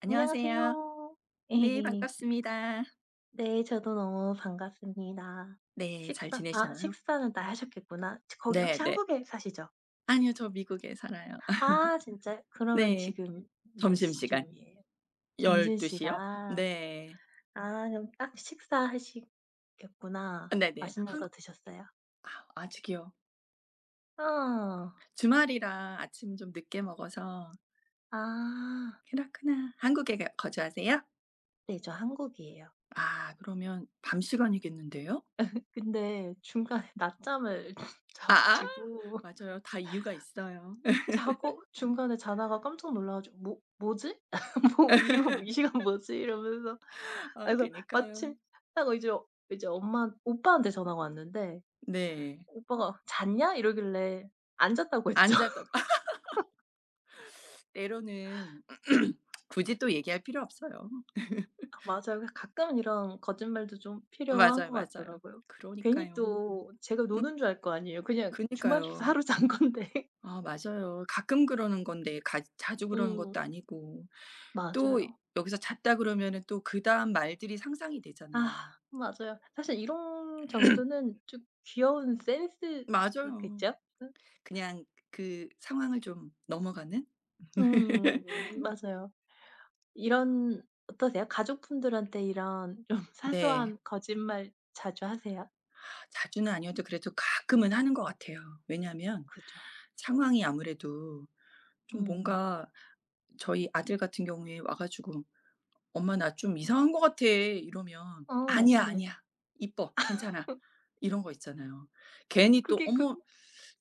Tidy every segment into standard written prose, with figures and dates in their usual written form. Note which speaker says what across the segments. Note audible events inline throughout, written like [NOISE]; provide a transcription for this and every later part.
Speaker 1: 안녕하세요.
Speaker 2: 안녕하세요.
Speaker 1: 네
Speaker 2: [LAUGHS]
Speaker 1: 반갑습니다.
Speaker 2: 네, 저도 너무 반갑습니다.
Speaker 1: 네. 잘
Speaker 2: 식사 아
Speaker 1: 지내셔요?
Speaker 2: 식사는 다 하셨겠구나. 거기 혹시
Speaker 1: 네네.
Speaker 2: 한국에 사시죠?
Speaker 1: 아니요. 저 미국에 살아요. [LAUGHS]
Speaker 2: 아, 진짜요? 그러면
Speaker 1: 네.
Speaker 2: 지금 몇
Speaker 1: 점심시간
Speaker 2: 시쯤이에요?
Speaker 1: 12 시요?
Speaker 2: 점심시간.
Speaker 1: 네.
Speaker 2: 아, 그럼 딱 식사하시겠구나.
Speaker 1: 네네.
Speaker 2: 맛있는 거
Speaker 1: 한국.
Speaker 2: 드셨어요?
Speaker 1: 아 아직이요.
Speaker 2: 어.
Speaker 1: 주말이라 아침 좀 늦게 먹어서.
Speaker 2: 아.
Speaker 1: 그렇구나. 한국에 거 거주하세요?
Speaker 2: 네, 저 한국이에요.
Speaker 1: 아 그러면 밤 시간이겠는데요?
Speaker 2: 근데 중간에 [LAUGHS] 낮잠을 [LAUGHS] 자
Speaker 1: 아아
Speaker 2: 가지고
Speaker 1: 맞아요. 다 이유가 있어요.
Speaker 2: 자고 중간에 자다가 깜짝 놀라 가지고 '뭐지? [LAUGHS] 뭐 이거 뭐 이 시간 뭐지?' 이러면서
Speaker 1: [LAUGHS] 아
Speaker 2: 그래서
Speaker 1: 그니까요.
Speaker 2: 마침 딱 이제 이제 엄마 오빠한테 전화가 왔는데
Speaker 1: 네.
Speaker 2: 오빠가 "잤냐?" 이러길래 안 잤다고
Speaker 1: 앉
Speaker 2: 했죠.
Speaker 1: 아다
Speaker 2: [LAUGHS]
Speaker 1: 가 [LAUGHS] 때로는 [CLEARS THROAT] 굳이 또 얘기할 필요 없어요.
Speaker 2: 맞아요. 그 가끔은 이런 거짓말도 좀 필요한
Speaker 1: 맞아요,
Speaker 2: 것
Speaker 1: 맞아요.
Speaker 2: 같더라고요. 괜히
Speaker 1: 그러니까요.
Speaker 2: 또 제가 노는 줄 알 거 아니에요. 그냥 주말에서 [LAUGHS]
Speaker 1: 그니까요.
Speaker 2: 하루 잔 건데. [LAUGHS]
Speaker 1: 아 맞아요. 가끔 그러는 건데 가 자주 그러는 것도
Speaker 2: 음,
Speaker 1: 아니고 또
Speaker 2: 맞아요.
Speaker 1: 여기서 잤다 그러면은 또 그다음 말들이 상상이 되잖아요.
Speaker 2: 아, 맞아요. 사실 이런 정도는 좀 귀여운
Speaker 1: 맞아요.
Speaker 2: 센스겠죠? 음.
Speaker 1: 그냥 그 상황을 좀 넘어가는?
Speaker 2: 음,
Speaker 1: [LAUGHS]
Speaker 2: 맞아요. 이런 어떠세요? 가족분들한테 이런 좀 [LAUGHS]
Speaker 1: 네.
Speaker 2: 사소한 거짓말 자주 하세요?
Speaker 1: 자주는 아니어도 그래도 가끔은 하는 것 같아요. 왜냐하면
Speaker 2: 그죠.
Speaker 1: 상황이 아무래도 좀
Speaker 2: 음.
Speaker 1: 뭔가, 저희 아들 같은 경우에 와 가지고 "엄마 나 좀 이상한 것 같아." 이러면
Speaker 2: 어,
Speaker 1: "아니야,
Speaker 2: 네.
Speaker 1: 아니야. 이뻐. 괜찮아." 이런 거 있잖아요. 괜히 또
Speaker 2: 그게 그
Speaker 1: "어머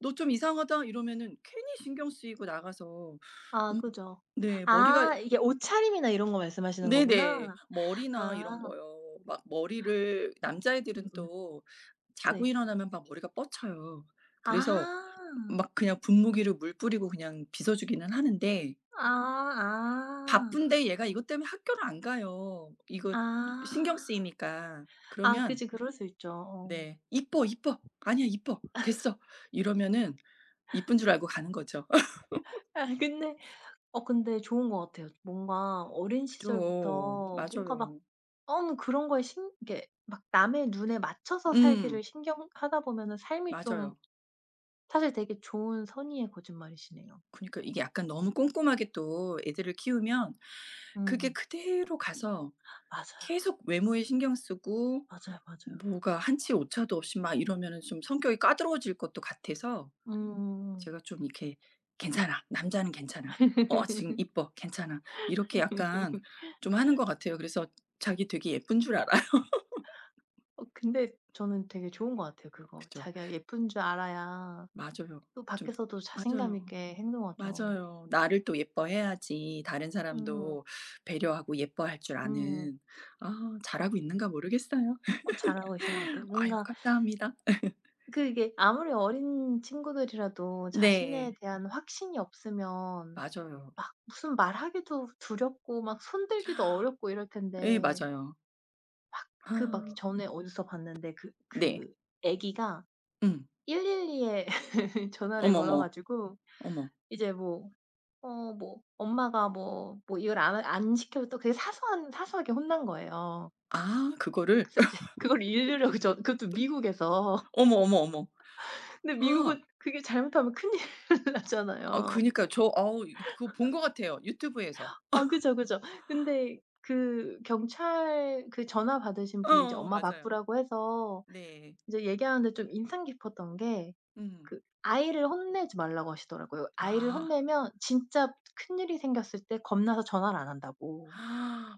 Speaker 1: 너 좀 이상하다." 이러면은 괜히 신경 쓰이고 나가서
Speaker 2: 아,
Speaker 1: 어머,
Speaker 2: 그죠.
Speaker 1: 네 머리가.
Speaker 2: 아, 이게 옷차림이나 이런 거 말씀하시는
Speaker 1: 네네.
Speaker 2: 거구나.
Speaker 1: 머리나 이런
Speaker 2: 아.
Speaker 1: 거요. 막 머리를 남자애들은
Speaker 2: 음음.
Speaker 1: 또 자고
Speaker 2: 네.
Speaker 1: 일어나면 막 머리가 뻗쳐요.
Speaker 2: 아.
Speaker 1: 그래서 막 그냥 분무기로 물 뿌리고 그냥 빗어 주기는 하는데
Speaker 2: 아, 아.
Speaker 1: 바쁜데 얘가 이것 때문에 학교를 안 가요. 이거 신경
Speaker 2: 아.
Speaker 1: 쓰이니까.
Speaker 2: 아,
Speaker 1: 그러면
Speaker 2: 그지 그럴 수 있죠. 어.
Speaker 1: 네, "이뻐, 이뻐. 아니야 이뻐. 됐어." 이러면은 이쁜 줄 알고 가는 거죠. [LAUGHS]
Speaker 2: 아 근데 어 근데 좋은 것 같아요. 뭔가 어린
Speaker 1: 그죠.
Speaker 2: 시절부터 뭔가 막
Speaker 1: 맞아요.
Speaker 2: 너무 그런 거에 신 이렇게 막 남의 눈에 맞춰서 살기를
Speaker 1: 음.
Speaker 2: 신경하다 보면은 삶이 좀
Speaker 1: 맞아요.
Speaker 2: 사실 되게 좋은 선의의 거짓말이시네요.
Speaker 1: 그니까 이게 약간 너무 꼼꼼하게 또 애들을 키우면 그게
Speaker 2: 음.
Speaker 1: 그대로 가서
Speaker 2: 맞아요.
Speaker 1: 계속 외모에 신경 쓰고
Speaker 2: 맞아요, 맞아요.
Speaker 1: 뭐가 한치 오차도 없이 막 이러면은 좀 성격이 까다로워질 것도 같아서
Speaker 2: 음.
Speaker 1: 제가 좀 이렇게 "괜찮아. 남자는 괜찮아. 어 지금
Speaker 2: [LAUGHS]
Speaker 1: 이뻐. 괜찮아." 이렇게 약간 좀 하는 것 같아요. 그래서 자기 되게 예쁜 줄 알아요. [LAUGHS]
Speaker 2: 어 근데 저는 되게 좋은 것 같아요 그거.
Speaker 1: 그죠.
Speaker 2: 자기가 예쁜 줄 알아야
Speaker 1: 맞아요.
Speaker 2: 또
Speaker 1: 좀.
Speaker 2: 밖에서도 자신감
Speaker 1: 맞아요.
Speaker 2: 있게 행동하죠.
Speaker 1: 맞아요. 나를 또 예뻐해야지 다른
Speaker 2: 음.
Speaker 1: 사람도 배려하고 예뻐할 줄
Speaker 2: 음.
Speaker 1: 아는. 아 잘하고 있는가 모르겠어요.
Speaker 2: 어, 잘하고 계신 것 같아요.
Speaker 1: [LAUGHS] 아유
Speaker 2: 뭔가
Speaker 1: 감사합니다.
Speaker 2: 그 이게 아무리 어린 친구들이라도 자신에
Speaker 1: 네.
Speaker 2: 대한 확신이 없으면
Speaker 1: 맞아요.
Speaker 2: 막 무슨 말하기도 두렵고 막 손들기도 어렵고 이럴
Speaker 1: 예
Speaker 2: 텐데
Speaker 1: 맞아요. 아.
Speaker 2: 그 막 전에 어디서 봤는데 그
Speaker 1: 네.
Speaker 2: 그 아기가
Speaker 1: 음.
Speaker 2: 112에 [LAUGHS] 전화를
Speaker 1: 어머머.
Speaker 2: 걸어
Speaker 1: 어머, 어머.
Speaker 2: 가지고
Speaker 1: 어머.
Speaker 2: 이제 뭐 어 뭐 엄마가 뭐 뭐 이걸 안 시켜도 그게 사소한 사소하게 혼난 거예요.
Speaker 1: 아 그거를?
Speaker 2: 그래서 이제
Speaker 1: [LAUGHS]
Speaker 2: [LAUGHS] 그걸 읽으려고 전 그것도 미국에서
Speaker 1: 어머, 어머, 어머.
Speaker 2: 근데
Speaker 1: 아.
Speaker 2: 미국은 그게 잘못하면 큰일 [LAUGHS]
Speaker 1: 아
Speaker 2: 나잖아요.
Speaker 1: 그니까요. 저 어우 그거 본 것 같아요, 유튜브에서.
Speaker 2: 아, 그죠, 그죠. 근데 그 경찰 그 전화 받으신 분이 이제
Speaker 1: 어어
Speaker 2: 엄마
Speaker 1: 맞아요.
Speaker 2: 맞부라고 해서
Speaker 1: 네.
Speaker 2: 이제 얘기하는데 좀 인상 깊었던 게
Speaker 1: 음.
Speaker 2: 그 아이를 혼내지 말라고 하시더라고요. 아이를
Speaker 1: 아.
Speaker 2: 혼내면 진짜 큰일이 생겼을 때 겁나서 전화를 안 한다고.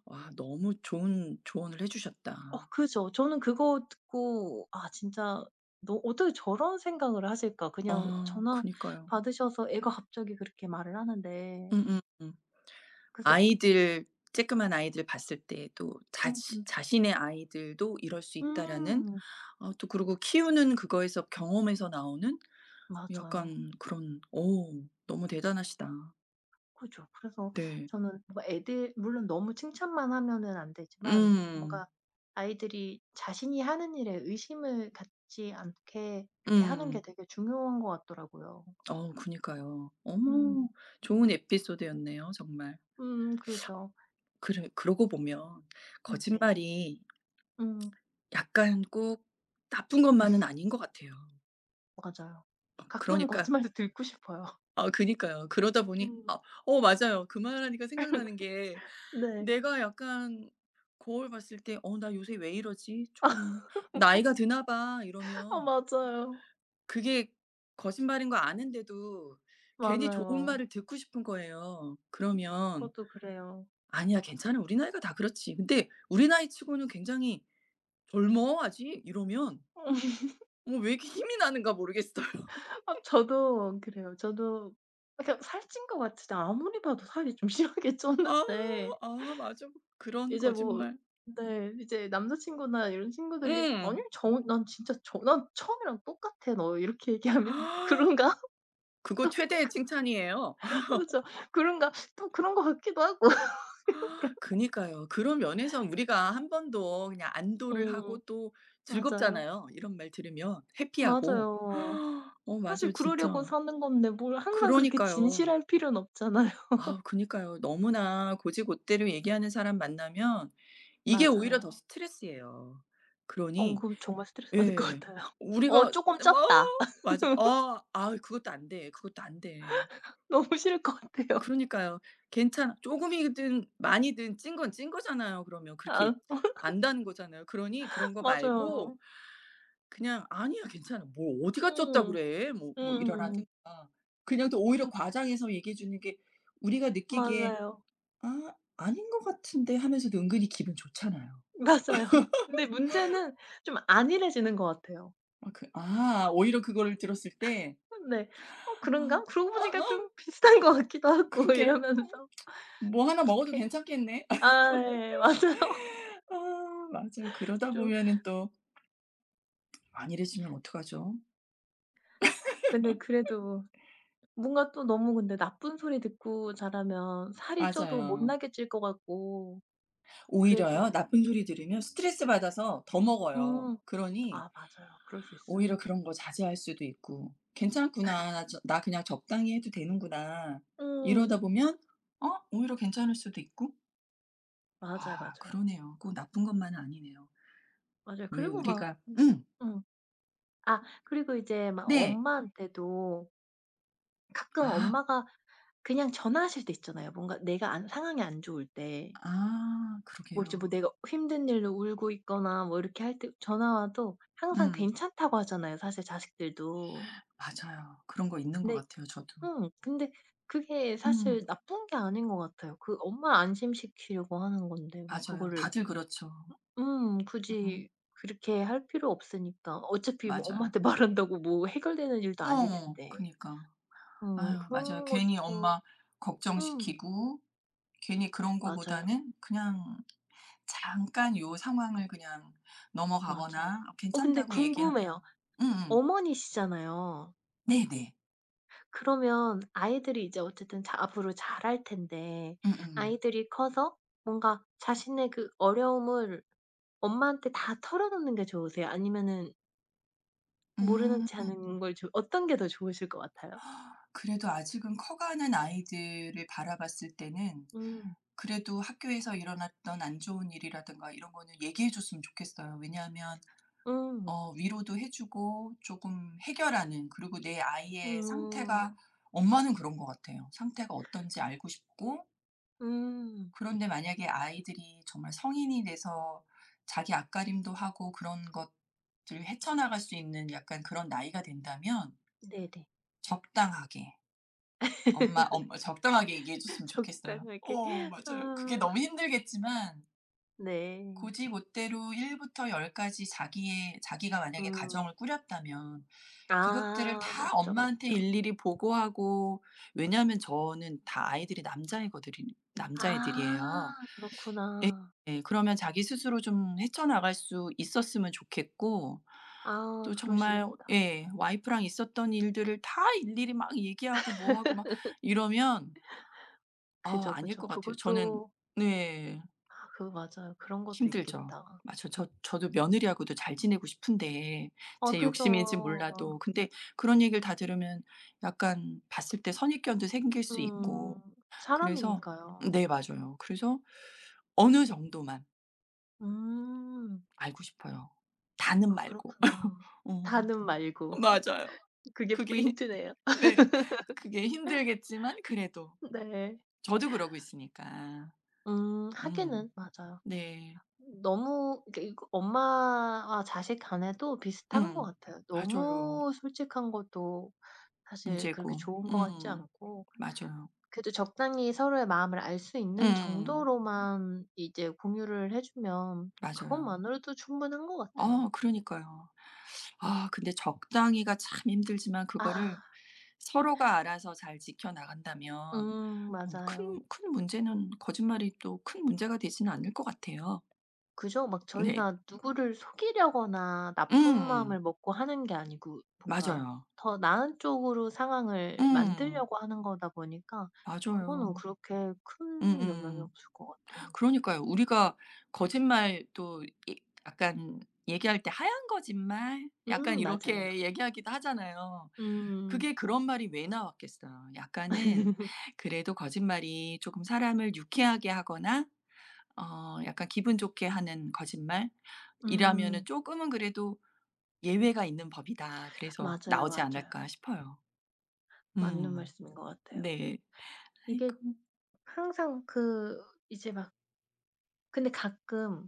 Speaker 1: 와 너무 좋은 조언을 해 주셨다.
Speaker 2: 어, 그죠. 저는 그거 듣고 '아, 진짜 너 어떻게 저런 생각을 하실까?' 그냥
Speaker 1: 어
Speaker 2: 전화
Speaker 1: 그니까요.
Speaker 2: 받으셔서 애가 갑자기 그렇게 말을 하는데
Speaker 1: 음음음.
Speaker 2: 그래서
Speaker 1: 아이들, 쬐끄만 아이들 봤을 때 또 자시
Speaker 2: 음음.
Speaker 1: 자신의 아이들도 이럴 수 있다라는,
Speaker 2: 음,
Speaker 1: 아 또 그리고 키우는 그거에서 경험에서 나오는
Speaker 2: 맞아요.
Speaker 1: 약간 그런 어, 너무 대단하시다.
Speaker 2: 그죠. 그래서
Speaker 1: 네.
Speaker 2: 저는 뭔가 애들 물론 너무 칭찬만 하면은 안 되지만
Speaker 1: 음.
Speaker 2: 뭔가 아이들이 자신이 하는 일에 의심을 갖지 않게 이렇게 하는 게
Speaker 1: 음.
Speaker 2: 되게 중요한 것 같더라고요.
Speaker 1: 어 그니까요.
Speaker 2: 음.
Speaker 1: 어머 좋은 에피소드였네요 정말.
Speaker 2: 음, 그죠.
Speaker 1: 그래 그러고 보면
Speaker 2: 음, 네.
Speaker 1: 거짓말이
Speaker 2: 음,
Speaker 1: 약간 꼭 나쁜 것만은 아닌 것 같아요.
Speaker 2: 맞아요.
Speaker 1: 어
Speaker 2: 가끔은
Speaker 1: 그러니까.
Speaker 2: 거짓말도 듣고 싶어요. [LAUGHS]
Speaker 1: 아 그니까요. 그러다 보니
Speaker 2: 음,
Speaker 1: 아, 어 맞아요. 그 말하니까 생각나는 게
Speaker 2: 네.
Speaker 1: 내가 약간 거울 봤을 때 '어 나 요새 왜 이러지? 조금 나이가 드나 봐.'
Speaker 2: 아,
Speaker 1: 이러면
Speaker 2: 맞아요.
Speaker 1: 그게 거짓말인 거 아는데도 괜히 좋은
Speaker 2: 맞아요.
Speaker 1: 말을 듣고 싶은 거예요. 그러면
Speaker 2: 저도 그래요.
Speaker 1: "아니야 괜찮아. 우리 나이가 다 그렇지. 근데 우리 나이 치고는 굉장히 젊어 아직." 이러면
Speaker 2: [LAUGHS]
Speaker 1: 어 왜 이렇게 힘이 나는가 모르겠어요. [LAUGHS]
Speaker 2: 아, 저도 그래요. 저도 그러니까 살찐 것 같지도 아무리 봐도 살이 좀 [LAUGHS] 심하게
Speaker 1: 아.
Speaker 2: 쪘는데
Speaker 1: 아 맞아. 그런
Speaker 2: 이제 뭐
Speaker 1: 거짓말.
Speaker 2: 네 이제 남자친구나 이런 친구들이 "아니
Speaker 1: 음.
Speaker 2: 저 난 진짜 저 난 처음이랑 똑같아 너." 이렇게
Speaker 1: 아,
Speaker 2: 얘기하면 [LAUGHS]
Speaker 1: [GASPS]
Speaker 2: "그런가?" [LAUGHS]
Speaker 1: 그거
Speaker 2: 또
Speaker 1: 최대의 칭찬이에요. [GASPS]
Speaker 2: 그죠. "그런가?" 또 그런 것 같기도 하고. [LAUGHS]
Speaker 1: [LAUGHS] 그니까요. 그런 면에서 우리가 한 번도 그냥 안도를 하고
Speaker 2: 음,
Speaker 1: 또
Speaker 2: 맞아요.
Speaker 1: 즐겁잖아요. 이런 말 들으면 해피하고.
Speaker 2: 맞아요.
Speaker 1: [GASPS] 어
Speaker 2: 사실
Speaker 1: 맞아요
Speaker 2: 그러려고
Speaker 1: 진짜.
Speaker 2: 사는 건데 뭘 항상 그렇게
Speaker 1: 그러니까요.
Speaker 2: 진실할 필요는 없잖아요. [LAUGHS]
Speaker 1: 아 그니까요. 너무나 고지고대로 얘기하는 사람 만나면 이게 오히려 더
Speaker 2: 맞아요.
Speaker 1: 스트레스예요.
Speaker 2: 어,
Speaker 1: 그러니
Speaker 2: 그럼 정말 스트레스 받을 것
Speaker 1: 예.
Speaker 2: 같아요. [LAUGHS] 어,
Speaker 1: 우리가
Speaker 2: 조금
Speaker 1: 뭐
Speaker 2: 쪘다. [LAUGHS]
Speaker 1: 맞아. 아 아이 그것도 안 돼. 그것도 안 돼.
Speaker 2: 너무 싫을 것 같아요.
Speaker 1: 그러니까요. 괜찮아. 쪼금이든 많이든 찐건 찐 거잖아요 그러면. 그렇게
Speaker 2: 아,
Speaker 1: 안다는 거잖아요. 그러니 그런 거 말고
Speaker 2: 맞아요.
Speaker 1: 그냥 "아니야 괜찮아. 뭐 어디가 쪘다
Speaker 2: 음.
Speaker 1: 그래." 뭐 뭐
Speaker 2: 음.
Speaker 1: 이러라든가. 그냥 또 오히려
Speaker 2: 음,
Speaker 1: 과장해서 얘기해 주는 게 우리가 느끼기에
Speaker 2: 맞아요.
Speaker 1: '아 아닌 것 같은데.' 하면서도 은근히 기분 좋잖아요.
Speaker 2: [LAUGHS] 맞아요. 근데 문제는 좀 안일해지는 것 같아요.
Speaker 1: 아 그 아 오히려 그거를 들었을 때
Speaker 2: 네. '어, 그런가?
Speaker 1: '아
Speaker 2: 그러고
Speaker 1: 아,
Speaker 2: 보니까
Speaker 1: 아,
Speaker 2: 좀 [LAUGHS] 비슷한 것 같기도 하고.' [LAUGHS]
Speaker 1: 그러게.
Speaker 2: 이러면서
Speaker 1: 뭐 하나 먹어도
Speaker 2: 괜
Speaker 1: 괜찮겠네.' [LAUGHS]
Speaker 2: 아, 예. 맞아요.
Speaker 1: 아 맞아요.
Speaker 2: [LAUGHS]
Speaker 1: 그러다
Speaker 2: 좀
Speaker 1: 보면은 또 안 일해주면 어떡하죠?
Speaker 2: 근데 그래도 뭔가 또 너무 근데 나쁜 소리 듣고 자라면 살이 쪄도
Speaker 1: 맞아요.
Speaker 2: 못나게 찔 것 같고
Speaker 1: 오히려요
Speaker 2: 그래도
Speaker 1: 나쁜 소리 들으면 스트레스 받아서 더 먹어요.
Speaker 2: 음
Speaker 1: 그러니
Speaker 2: 아, 맞아요. 그럴 수 있어요.
Speaker 1: 오히려 그런 거 자제할 수도 있고 '괜찮구나. 나 저 나 그냥 적당히 해도 되는구나.' 이러다
Speaker 2: 음.
Speaker 1: 보면 어 오히려 괜찮을 수도 있고.
Speaker 2: 맞아요,
Speaker 1: 아
Speaker 2: 맞아요.
Speaker 1: 그러네요. 꼭 나쁜 것만은 아니네요.
Speaker 2: 맞아요.
Speaker 1: 왜
Speaker 2: 그리고 막
Speaker 1: 우리가 응.
Speaker 2: 음. 아, 그리고 이제 막
Speaker 1: 네.
Speaker 2: 엄마한테도 가끔
Speaker 1: 아
Speaker 2: 엄마가 그냥 전화하실 때 있잖아요. 뭔가 내가 안 상황이 안 좋을 때
Speaker 1: 아
Speaker 2: 뭐 이제 뭐
Speaker 1: 그러게요.
Speaker 2: 내가 힘든 일로 울고 있거나 뭐 이렇게 할 때 전화 와도 항상
Speaker 1: 음.
Speaker 2: 괜찮다고 하잖아요 사실 자식들도.
Speaker 1: 맞아요. 그런 거 있는 것
Speaker 2: 근데
Speaker 1: 같아요 저도.
Speaker 2: 근데 그게
Speaker 1: 음.
Speaker 2: 사실 나쁜 게 아닌 것 같아요. 그 엄마 안심시키려고 하는 건데 뭐
Speaker 1: 맞아요.
Speaker 2: 그거를
Speaker 1: 다들 그렇죠. 음.
Speaker 2: 굳이 그렇게 할 필요 없으니까. 어차피 뭐
Speaker 1: 맞아요.
Speaker 2: 엄마한테 [LAUGHS] 말한다고 뭐 해결되는 일도 아닐
Speaker 1: 어
Speaker 2: 텐데.
Speaker 1: 그니까. 아유 맞아요.
Speaker 2: 그런
Speaker 1: 괜히
Speaker 2: 것도
Speaker 1: 엄마
Speaker 2: 음
Speaker 1: 걱정시키고 괜히 그런
Speaker 2: 맞아요,
Speaker 1: 거보다는 그냥 잠깐 요 상황을 그냥
Speaker 2: 맞아요.
Speaker 1: 넘어가거나
Speaker 2: 어 근데
Speaker 1: 괜찮다고
Speaker 2: 궁금해요.
Speaker 1: 얘기하면. 음음.
Speaker 2: 어머니시잖아요.
Speaker 1: 네네.
Speaker 2: 그러면 아이들이 이제 어쨌든 자 앞으로 잘할 텐데
Speaker 1: 음음.
Speaker 2: 아이들이 커서 뭔가 자신의 그 어려움을 엄마한테 다 털어놓는 게 좋으세요? 아니면은 모르는
Speaker 1: 음.
Speaker 2: 체
Speaker 1: 음.
Speaker 2: 하는 걸 좋 어떤 게 더 좋으실 것 같아요?
Speaker 1: 그래도 아직은 커가는 아이들을 바라봤을 때는
Speaker 2: 음.
Speaker 1: 그래도 학교에서 일어났던 안 좋은 일이라든가 이런 거는 얘기해 줬으면 좋겠어요. 왜냐하면
Speaker 2: 음.
Speaker 1: 어 위로도 해 주고 조금 해결하는, 그리고 내 아이의 상태가,
Speaker 2: 음.
Speaker 1: 엄마는 그런 것 같아요. 상태가 어떤지 알고 싶고.
Speaker 2: 음.
Speaker 1: 그런데 만약에 아이들이 정말 성인이 돼서 자기 앞가림도 하고 그런 것들을 헤쳐나갈 수 있는 약간 그런 나이가 된다면
Speaker 2: 네네.
Speaker 1: 적당하게, 엄마
Speaker 2: [LAUGHS]
Speaker 1: 엄마 적당하게 얘기해 줬으면 좋겠어요.
Speaker 2: 적당하게.
Speaker 1: 어, 맞아요. 그게
Speaker 2: 아,
Speaker 1: 너무 힘들겠지만
Speaker 2: 네.
Speaker 1: 고지고대로 1부터 10까지 자기의 자기가 만약에
Speaker 2: 음.
Speaker 1: 가정을 꾸렸다면 그것들을
Speaker 2: 아,
Speaker 1: 다
Speaker 2: 맞죠,
Speaker 1: 엄마한테
Speaker 2: 맞죠.
Speaker 1: 일일이 보고하고. 왜냐하면 저는 다 아이들이 남자애거들이 남자애들이에요.
Speaker 2: 아,
Speaker 1: 예.
Speaker 2: 그렇구나.
Speaker 1: 예. 그러면 자기 스스로 좀 헤쳐나갈 수 있었으면 좋겠고
Speaker 2: 아,
Speaker 1: 또 정말
Speaker 2: 그러시겠다.
Speaker 1: 예. 와이프랑 있었던 일들을 다 일일이 막 얘기하고 뭐 하고 막 이러면 아
Speaker 2: 그죠,
Speaker 1: 아닐
Speaker 2: 그죠.
Speaker 1: 것 같아요. 저는.
Speaker 2: 그것도
Speaker 1: 네.
Speaker 2: 아, 그거 맞아요. 그런 것도
Speaker 1: 힘들죠.
Speaker 2: 있겠다.
Speaker 1: 맞아 저도 며느리하고도 잘 지내고 싶은데
Speaker 2: 아,
Speaker 1: 제 욕심인지
Speaker 2: 그죠.
Speaker 1: 몰라도 근데 그런 얘기를 다 들으면 약간 봤을 때 선입견도 생길 수 있고.
Speaker 2: 음.
Speaker 1: 그래서
Speaker 2: 사람이니까요.
Speaker 1: 네 맞아요. 그래서 어느 정도만
Speaker 2: 음.
Speaker 1: 알고 싶어요. 다는
Speaker 2: 아,
Speaker 1: 말고. [LAUGHS]
Speaker 2: 그렇구나.
Speaker 1: 어
Speaker 2: 다는 말고.
Speaker 1: 맞아요.
Speaker 2: 그게
Speaker 1: 그게 힘.
Speaker 2: 포인트네요.
Speaker 1: 네. 그게 힘들겠지만 그래도
Speaker 2: 네.
Speaker 1: 저도 그러고 있으니까.
Speaker 2: 음,
Speaker 1: 음.
Speaker 2: 하기는 맞아요.
Speaker 1: 네.
Speaker 2: 너무 그러니까 이거 엄마와 자식 간에도 비슷한 것
Speaker 1: 음.
Speaker 2: 같아요.
Speaker 1: 맞아요.
Speaker 2: 너무 솔직한 것도 사실 그렇게
Speaker 1: 문제고.
Speaker 2: 좋은 것 같지
Speaker 1: 음.
Speaker 2: 않고
Speaker 1: 맞아요.
Speaker 2: 그래도 적당히 서로의 마음을 알 수 있는
Speaker 1: 음.
Speaker 2: 정도로만 이제 공유를 해 주면
Speaker 1: 맞아요.
Speaker 2: 그것만으로도 충분한 것 같아요.
Speaker 1: 어 그러니까요. 아 근데 적당히가 참 힘들지만 그거를
Speaker 2: 아
Speaker 1: 서로가 알아서 잘 지켜나간다면
Speaker 2: 음,
Speaker 1: 어
Speaker 2: 맞아요.
Speaker 1: 큰 문제는, 거짓말이 또 큰 문제가 되지는 않을 것 같아요.
Speaker 2: 그죠? 막
Speaker 1: 네.
Speaker 2: 저희가 누구를 속이려거나 나쁜
Speaker 1: 음.
Speaker 2: 마음을 먹고 하는 게 아니고 뭔가
Speaker 1: 맞아요.
Speaker 2: 더 나은 쪽으로 상황을
Speaker 1: 음.
Speaker 2: 만들려고 하는 거다 보니까 그거는
Speaker 1: 맞아요.
Speaker 2: 그렇게 큰 영향이
Speaker 1: 음음.
Speaker 2: 없을 것 같아요.
Speaker 1: 그러니까요. 우리가 거짓말 또 이 약간 얘기할 때 "하얀 거짓말?" 약간
Speaker 2: 음, 맞아요.
Speaker 1: 이렇게 얘기하기도 하잖아요.
Speaker 2: 음.
Speaker 1: 그게 그런 말이 왜 나왔겠어요. 약간은 그래도 거짓말이 조금 사람을 유쾌하게 하거나 어 약간 기분 좋게 하는 거짓말이라면은
Speaker 2: 음,
Speaker 1: 쪼끔은 그래도 '예외가 있는 법이다.' 그래서
Speaker 2: 맞아요,
Speaker 1: 나오지
Speaker 2: 맞아요.
Speaker 1: 않을까 싶어요.
Speaker 2: 맞는
Speaker 1: 음.
Speaker 2: 말씀인 것 같아요.
Speaker 1: 네.
Speaker 2: 이게
Speaker 1: 아이고.
Speaker 2: 항상 그 이제 막 근데 가끔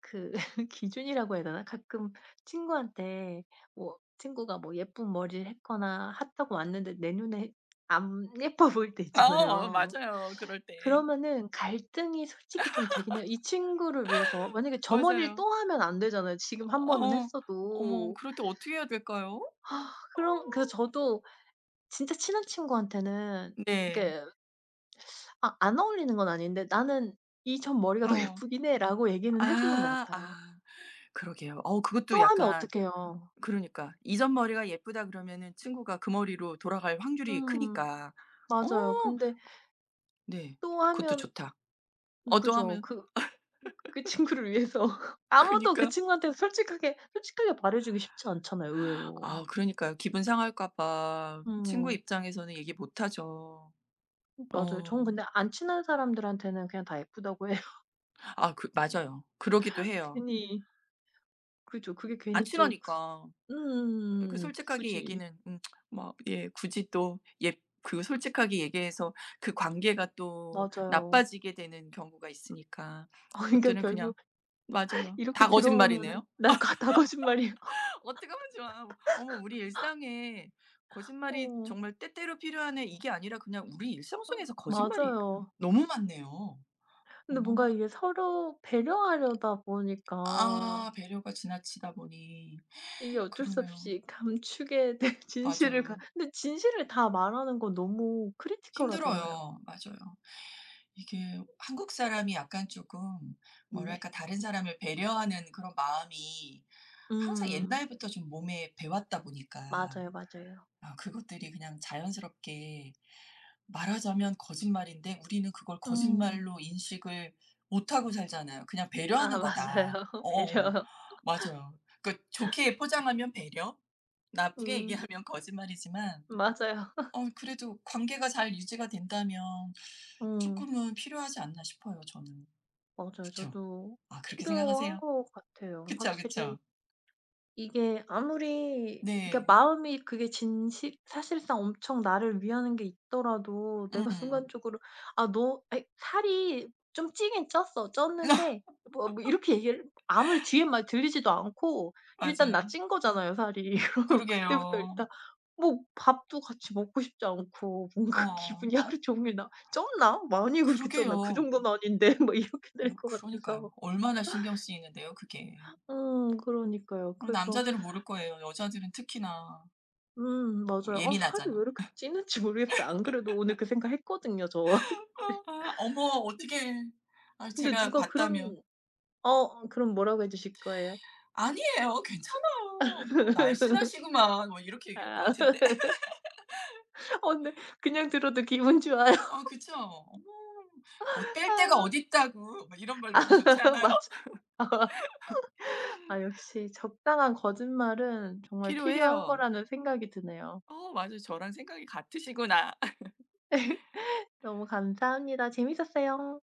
Speaker 2: 그 [LAUGHS] 기준이라고 해야 되나? 가끔 친구한테 친구가 뭐 예쁜 머리를 했거나 핫하고 왔는데 내 눈에 안 [LAUGHS] 예뻐 보일 때
Speaker 1: 아 어
Speaker 2: 있잖아요.
Speaker 1: 맞아요. 그럴 때.
Speaker 2: 그러면은 갈등이 솔직히 좀 되긴 해요. 이 친구를 위해서 만약에 저 머리를
Speaker 1: 맞아요.
Speaker 2: 또 하면 안 되잖아요 지금 한 번은
Speaker 1: 어. 어머
Speaker 2: 했어도.
Speaker 1: 그럴 때 어떻게 해야 될까요?
Speaker 2: 아,
Speaker 1: 어
Speaker 2: 그럼 그래서 저도 진짜 친한 친구한테는
Speaker 1: 네.
Speaker 2: 이렇게 아 안 어울리는 건 아닌데 "나는 이 점 머리가 더 [LAUGHS]
Speaker 1: 어.
Speaker 2: 예쁘긴 해."라고 얘기는 해 주는 것
Speaker 1: 아
Speaker 2: 같아요.
Speaker 1: 아 그러게요. 어 그것도
Speaker 2: 또 하면
Speaker 1: 약간.
Speaker 2: 어떡해요.
Speaker 1: 그러니까 이전 머리가 예쁘다 그러면은 친구가 그 머리로 돌아갈 확률이
Speaker 2: 음,
Speaker 1: 크니까. 어
Speaker 2: 맞아요. 근데
Speaker 1: 네.
Speaker 2: 또
Speaker 1: 그것도
Speaker 2: 하면
Speaker 1: 좋다.
Speaker 2: 음, 그죠.
Speaker 1: 어떠하면.
Speaker 2: 그 그 친구를 위해서 [LAUGHS] 아무도 그
Speaker 1: 그니까
Speaker 2: 친구한테 솔직하게 말해 주기 쉽지 않잖아요 의외로.
Speaker 1: 아 그러니까요. 기분 상할까 봐 친구
Speaker 2: 음.
Speaker 1: 입장에서는 얘기 못 하죠.
Speaker 2: 맞아요. 저는
Speaker 1: 어.
Speaker 2: 근데 안 친한 사람들한테는 그냥 다 예쁘다고 해요. [LAUGHS]
Speaker 1: 아 그 맞아요. 그러기도 해요.
Speaker 2: 괜히 그죠. 그게
Speaker 1: 안
Speaker 2: 괜히 또 그
Speaker 1: 친하니까. 그 솔직하게
Speaker 2: 굳이.
Speaker 1: 얘기는 음. 막 예 굳이 또 예 그 솔직하게 얘기해서 그 관계가 또
Speaker 2: 맞아요.
Speaker 1: 나빠지게 되는 경우가 있으니까.
Speaker 2: 아, 그러니까
Speaker 1: 그것들은 그냥
Speaker 2: 결국
Speaker 1: 맞아요.
Speaker 2: 이렇게
Speaker 1: 다
Speaker 2: 들어 보면은
Speaker 1: 거짓말이네요.
Speaker 2: 나 거 다 거짓말이에요. [LAUGHS]
Speaker 1: 어떻게 하면 좋아. 뭐 어머 우리 일상에 거짓말이
Speaker 2: 어.
Speaker 1: 정말 때때로 필요하네. 이게 아니라 그냥 우리 일상
Speaker 2: 어,
Speaker 1: 속에서 거짓말이
Speaker 2: 맞아요.
Speaker 1: 너무 많네요.
Speaker 2: 근데 뭔가
Speaker 1: 어머나.
Speaker 2: 이게 서로 배려하려다 보니까
Speaker 1: 아 배려가 지나치다 보니.
Speaker 2: 이게 어쩔 수
Speaker 1: 그러네요.
Speaker 2: 없이 감추게 된 [LAUGHS] 진실을 가
Speaker 1: 맞아요.
Speaker 2: 근데 진실을 다 말하는 건 너무 크리티컬하잖아요.
Speaker 1: 힘들어요. 맞아요. 이게 한국 사람이 약간 조금
Speaker 2: 네.
Speaker 1: 뭐랄까 다른 사람을 배려하는 그런 마음이 항상
Speaker 2: 음.
Speaker 1: 옛날부터 좀 몸에 배웠다 보니까
Speaker 2: 맞아요, 맞아요.
Speaker 1: 아 그것들이 그냥 자연스럽게 말하자면 거짓말인데 우리는 그걸
Speaker 2: 음.
Speaker 1: 거짓말로 인식을 못하고 살잖아요. 그냥
Speaker 2: 아,
Speaker 1: '배려하는
Speaker 2: 맞아요.
Speaker 1: 거다.'
Speaker 2: [LAUGHS]
Speaker 1: 어어어
Speaker 2: 배려.
Speaker 1: 맞아요. 그러니까 좋게 포장하면 배려, 나쁘게
Speaker 2: 음.
Speaker 1: 얘기하면 거짓말이지만
Speaker 2: 맞아요.
Speaker 1: 어 그래도 관계가 잘 유지가 된다면
Speaker 2: 음.
Speaker 1: 쪼끔은 필요하지 않나 싶어요 저는.
Speaker 2: 맞아요.
Speaker 1: 그쵸?
Speaker 2: 저도
Speaker 1: 아 그렇게
Speaker 2: 필요한
Speaker 1: 생각하세요?
Speaker 2: 것 같아요.
Speaker 1: 그쵸,
Speaker 2: 확실히
Speaker 1: 그쵸.
Speaker 2: 이게 아무리
Speaker 1: 네.
Speaker 2: 그러니까 마음이 그게 진실 사실상 엄청 나를 위하는 게 있더라도 내가 [LAUGHS]
Speaker 1: 음.
Speaker 2: 순간적으로 '아, 너 아이 살이 좀 찌긴 쪘어. 쪘는데'
Speaker 1: [LAUGHS]
Speaker 2: 뭐 이렇게 얘기를 아무리 뒤에 말 들리지도 않고 일단 나
Speaker 1: 맞아요.
Speaker 2: 찐 거잖아요 살이. [LAUGHS] 그 그때부터
Speaker 1: 그러게요.
Speaker 2: 일단 뭐 밥도 같이 먹고 싶지 않고 뭔가 [LAUGHS]
Speaker 1: 어.
Speaker 2: 기분이
Speaker 1: 어
Speaker 2: 하루 종일 나 '쪘나? 많이 그렇게 쪘나? 그
Speaker 1: 그러게요.
Speaker 2: 정도는 아닌데.' [LAUGHS] 막 이렇게 될
Speaker 1: 어
Speaker 2: 것
Speaker 1: 그러니까요.
Speaker 2: 같아서.
Speaker 1: 얼마나 신경 쓰이는데요 그게.
Speaker 2: 음, 그러니까요.
Speaker 1: 어
Speaker 2: 그래서
Speaker 1: 남자들은 모를 거예요. 여자들은 특히나
Speaker 2: 음, 맞아요. 아, 살이 왜
Speaker 1: 예민하잖아.
Speaker 2: 이렇게 찌는지 모르겠어요. 안 그래도 오늘 그 생각했거든요 저.
Speaker 1: 아
Speaker 2: [LAUGHS]
Speaker 1: 아, 어머 어떻게. 아
Speaker 2: 근데
Speaker 1: 제가
Speaker 2: 누가
Speaker 1: 봤다면
Speaker 2: 그런 어 어, 그럼 뭐라고 해 주실 거예요?
Speaker 1: "아니에요. 괜찮아요. 뭐, 날씬하시구만." 뭐 이렇게 얘기할 것
Speaker 2: 아.
Speaker 1: 같은데. [LAUGHS]
Speaker 2: [LAUGHS] 어 근데 그냥 들어도 기분 좋아요.
Speaker 1: 어 그쵸. 어머 "어, 뺄 데가
Speaker 2: 아
Speaker 1: 어딨다고." 뭐 이런 말 너무 좋지
Speaker 2: [LAUGHS]
Speaker 1: 않아요?
Speaker 2: 맞아. [LAUGHS] 아, 역시 적당한 거짓말은 정말 필요한
Speaker 1: 필요해요.
Speaker 2: 거라는 생각이 드네요.
Speaker 1: 어 맞아 저랑 생각이 같으시구나.
Speaker 2: [LAUGHS] 너무 감사합니다. 재밌었어요.